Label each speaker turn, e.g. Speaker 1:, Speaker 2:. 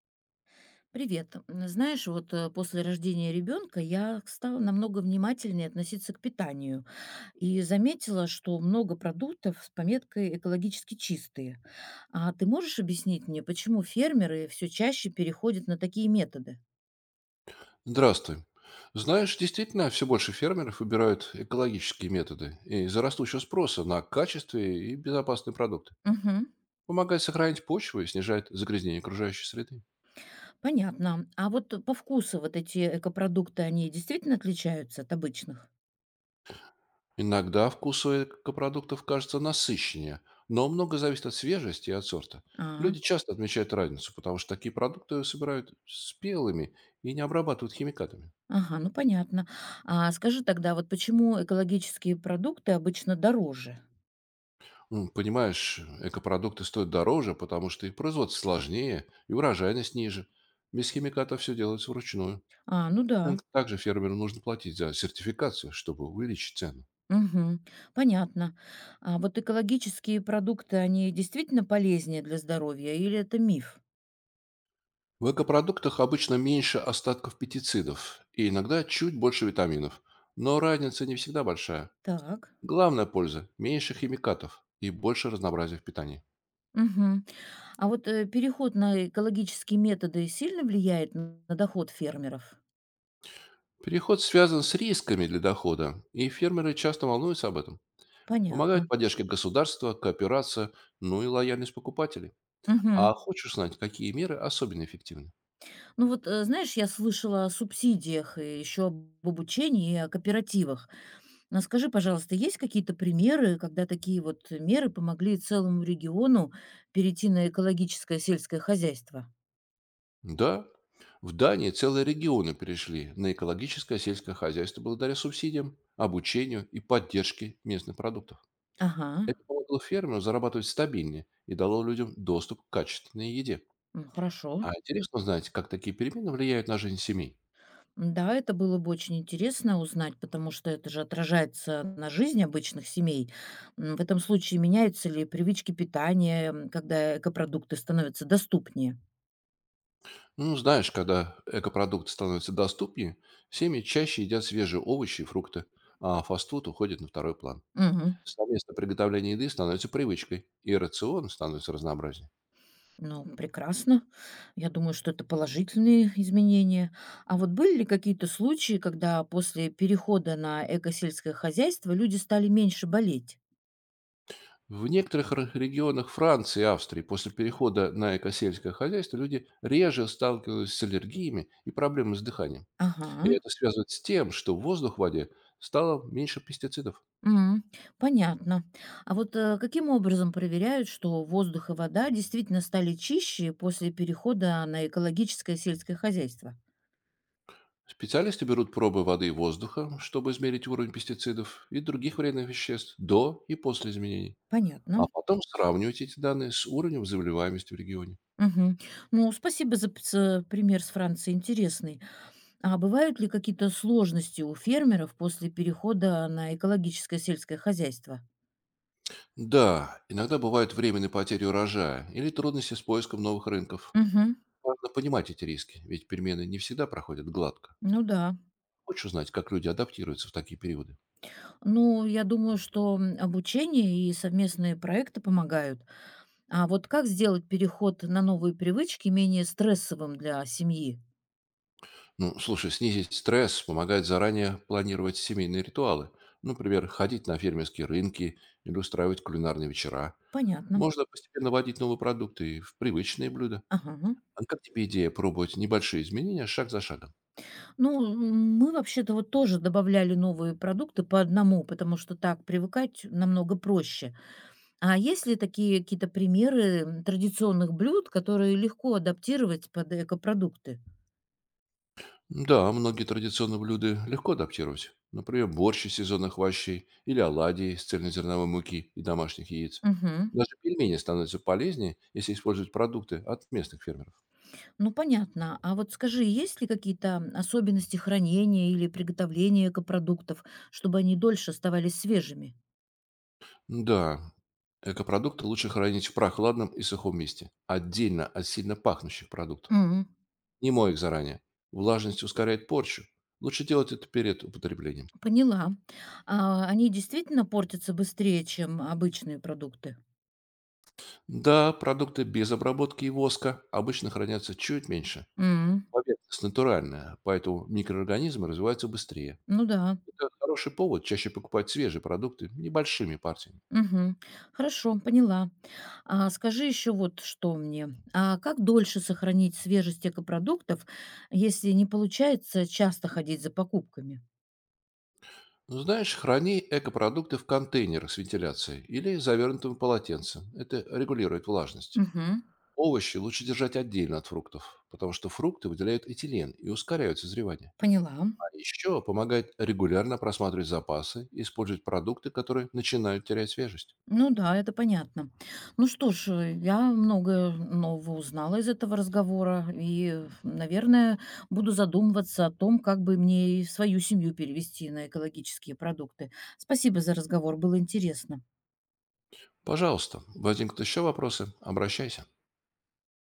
Speaker 1: Привет. Знаешь, вот после рождения ребенка я стала намного внимательнее относиться к питанию и заметила, что много продуктов с пометкой экологически чистые. А ты можешь объяснить мне, почему фермеры все чаще переходят на такие методы?
Speaker 2: Здравствуй. Знаешь, действительно, все больше фермеров выбирают экологические методы из-за растущего спроса на качестве и безопасные продукты.
Speaker 1: Мгм.
Speaker 2: Помогает сохранить почву и снижает загрязнение окружающей среды.
Speaker 1: Понятно. А вот по вкусу вот эти экопродукты, они действительно отличаются от обычных?
Speaker 2: Иногда вкус у экопродуктов кажется насыщеннее, но много зависит от свежести и от сорта.
Speaker 1: А,
Speaker 2: Люди часто отмечают разницу, потому что такие продукты собирают спелыми и не обрабатывают химикатами.
Speaker 1: ага, ну понятно. А скажи тогда, вот почему экологические продукты обычно дороже?
Speaker 2: Понимаешь, экопродукты стоят дороже, потому что их производство сложнее и урожайность ниже. Без химикатов все делается вручную.
Speaker 1: А, ну да.
Speaker 2: Также фермеру нужно платить за сертификацию, чтобы увеличить цену.
Speaker 1: Мгм. Понятно. А вот экологические продукты, они действительно полезнее для здоровья или это миф?
Speaker 2: В экопродуктах обычно меньше остатков петицидов и иногда чуть больше витаминов. Но разница не всегда большая.
Speaker 1: Так.
Speaker 2: Главная польза – меньше химикатов и больше разнообразия в питании.
Speaker 1: Мгм. А вот переход на экологические методы сильно влияет на доход фермеров?
Speaker 2: Переход связан с рисками для дохода, и фермеры часто волнуются об этом. Помогают
Speaker 1: Понятно.
Speaker 2: поддержка государства, кооперация, ну и лояльность покупателей.
Speaker 1: Мгм.
Speaker 2: А хочешь знать, какие меры особенно эффективны?
Speaker 1: Ну вот, знаешь, я слышала о субсидиях и еще об обучении и о кооперативах. Но скажи, пожалуйста, есть какие-то примеры, когда такие вот меры помогли целому региону перейти на экологическое сельское хозяйство?
Speaker 2: Да, в Дании целые регионы перешли на экологическое сельское хозяйство благодаря субсидиям, обучению и поддержке местных продуктов.
Speaker 1: Ага.
Speaker 2: Это помогло фермерам зарабатывать стабильнее и дало людям доступ к качественной еде.
Speaker 1: Ну, хорошо.
Speaker 2: А интересно знать, как такие перемены влияют на жизнь семей.
Speaker 1: Да, это было бы очень интересно узнать, потому что это же отражается на жизни обычных семей. В этом случае меняются ли привычки питания, когда экопродукты становятся доступнее?
Speaker 2: Ну, знаешь, когда экопродукты становятся доступнее, семьи чаще едят свежие овощи и фрукты, а фастфуд уходит на второй план.
Speaker 1: Мгм.
Speaker 2: Совместное приготовление еды становится привычкой, и рацион становится разнообразнее.
Speaker 1: Ну, прекрасно. Я думаю, что это положительные изменения. А вот были ли какие-то случаи, когда после перехода на экосельское хозяйство люди стали меньше болеть?
Speaker 2: В некоторых регионах Франции и Австрии после перехода на экосельское хозяйство люди реже сталкиваются с аллергиями и проблемами с дыханием.
Speaker 1: Ага.
Speaker 2: И это связывает с тем, что воздух в воде стало меньше пестицидов.
Speaker 1: М, понятно. А вот, каким образом проверяют, что воздух и вода действительно стали чище после перехода на экологическое сельское хозяйство?
Speaker 2: Специалисты берут пробы воды и воздуха, чтобы измерить уровень пестицидов и других вредных веществ до и после изменений, а
Speaker 1: Понятно.
Speaker 2: потом сравнивать эти данные с уровнем заболеваемости в регионе.
Speaker 1: Мгм. Ну, спасибо за пример с Франции, интересный. А бывают ли какие-то сложности у фермеров после перехода на экологическое сельское хозяйство?
Speaker 2: Да, иногда бывают временные потери урожая или трудности с поиском новых рынков.
Speaker 1: Мгм.
Speaker 2: Важно понимать эти риски, ведь перемены не всегда проходят гладко.
Speaker 1: Ну да.
Speaker 2: Хочешь узнать, как люди адаптируются в такие периоды?
Speaker 1: Ну, я думаю, что обучение и совместные проекты помогают. А вот как сделать переход на новые привычки менее стрессовым для семьи?
Speaker 2: Ну, слушай, снизить стресс помогает заранее планировать семейные ритуалы. Например, ходить на фермерские рынки или устраивать кулинарные вечера.
Speaker 1: Понятно.
Speaker 2: Можно постепенно вводить новые продукты в привычные блюда.
Speaker 1: Ага.
Speaker 2: А как тебе идея пробовать небольшие изменения шаг за шагом?
Speaker 1: Ну, мы вообще-то вот тоже добавляли новые продукты по одному, потому что так привыкать намного проще. А есть ли такие какие-то примеры традиционных блюд, которые легко адаптировать под экопродукты?
Speaker 2: Да, многие традиционные блюда легко адаптировать. Например, борщ из сезонных овощей или оладьи из цельнозерновой муки и домашних яиц.
Speaker 1: Мгм.
Speaker 2: Даже пельмени становятся полезнее, если использовать продукты от местных фермеров.
Speaker 1: Ну, понятно. А вот скажи, есть ли какие-то особенности хранения или приготовления экопродуктов, чтобы они дольше оставались свежими?
Speaker 2: Да, экопродукты лучше хранить в прохладном и сухом месте, отдельно от сильно пахнущих продуктов.
Speaker 1: Мгм.
Speaker 2: Не мой их заранее. Влажность ускоряет порчу. Лучше делать это перед употреблением.
Speaker 1: Поняла. А, они действительно портятся быстрее, чем обычные продукты?
Speaker 2: Да, продукты без обработки и воска обычно хранятся чуть меньше.
Speaker 1: М,
Speaker 2: Поверхность натуральная, поэтому микроорганизмы развиваются быстрее.
Speaker 1: Ну да.
Speaker 2: Это хороший повод чаще покупать свежие продукты небольшими партиями.
Speaker 1: Мгм. Хорошо, поняла. А скажи еще вот что мне. А как дольше сохранить свежесть экопродуктов, если не получается часто ходить за покупками?
Speaker 2: Но знаешь, храни экопродукты в контейнерах с вентиляцией или завернутым в полотенце. Это регулирует влажность.
Speaker 1: Мгм.
Speaker 2: Овощи лучше держать отдельно от фруктов, потому что фрукты выделяют этилен и ускоряют созревание.
Speaker 1: Поняла.
Speaker 2: А еще помогает регулярно просматривать запасы и использовать продукты, которые начинают терять свежесть.
Speaker 1: Ну да, это понятно. Ну что ж, я многое нового узнала из этого разговора и, наверное, буду задумываться о том, как бы мне и свою семью перевести на экологические продукты. Спасибо за разговор, было интересно.
Speaker 2: Пожалуйста, возникнут еще вопросы – обращайся.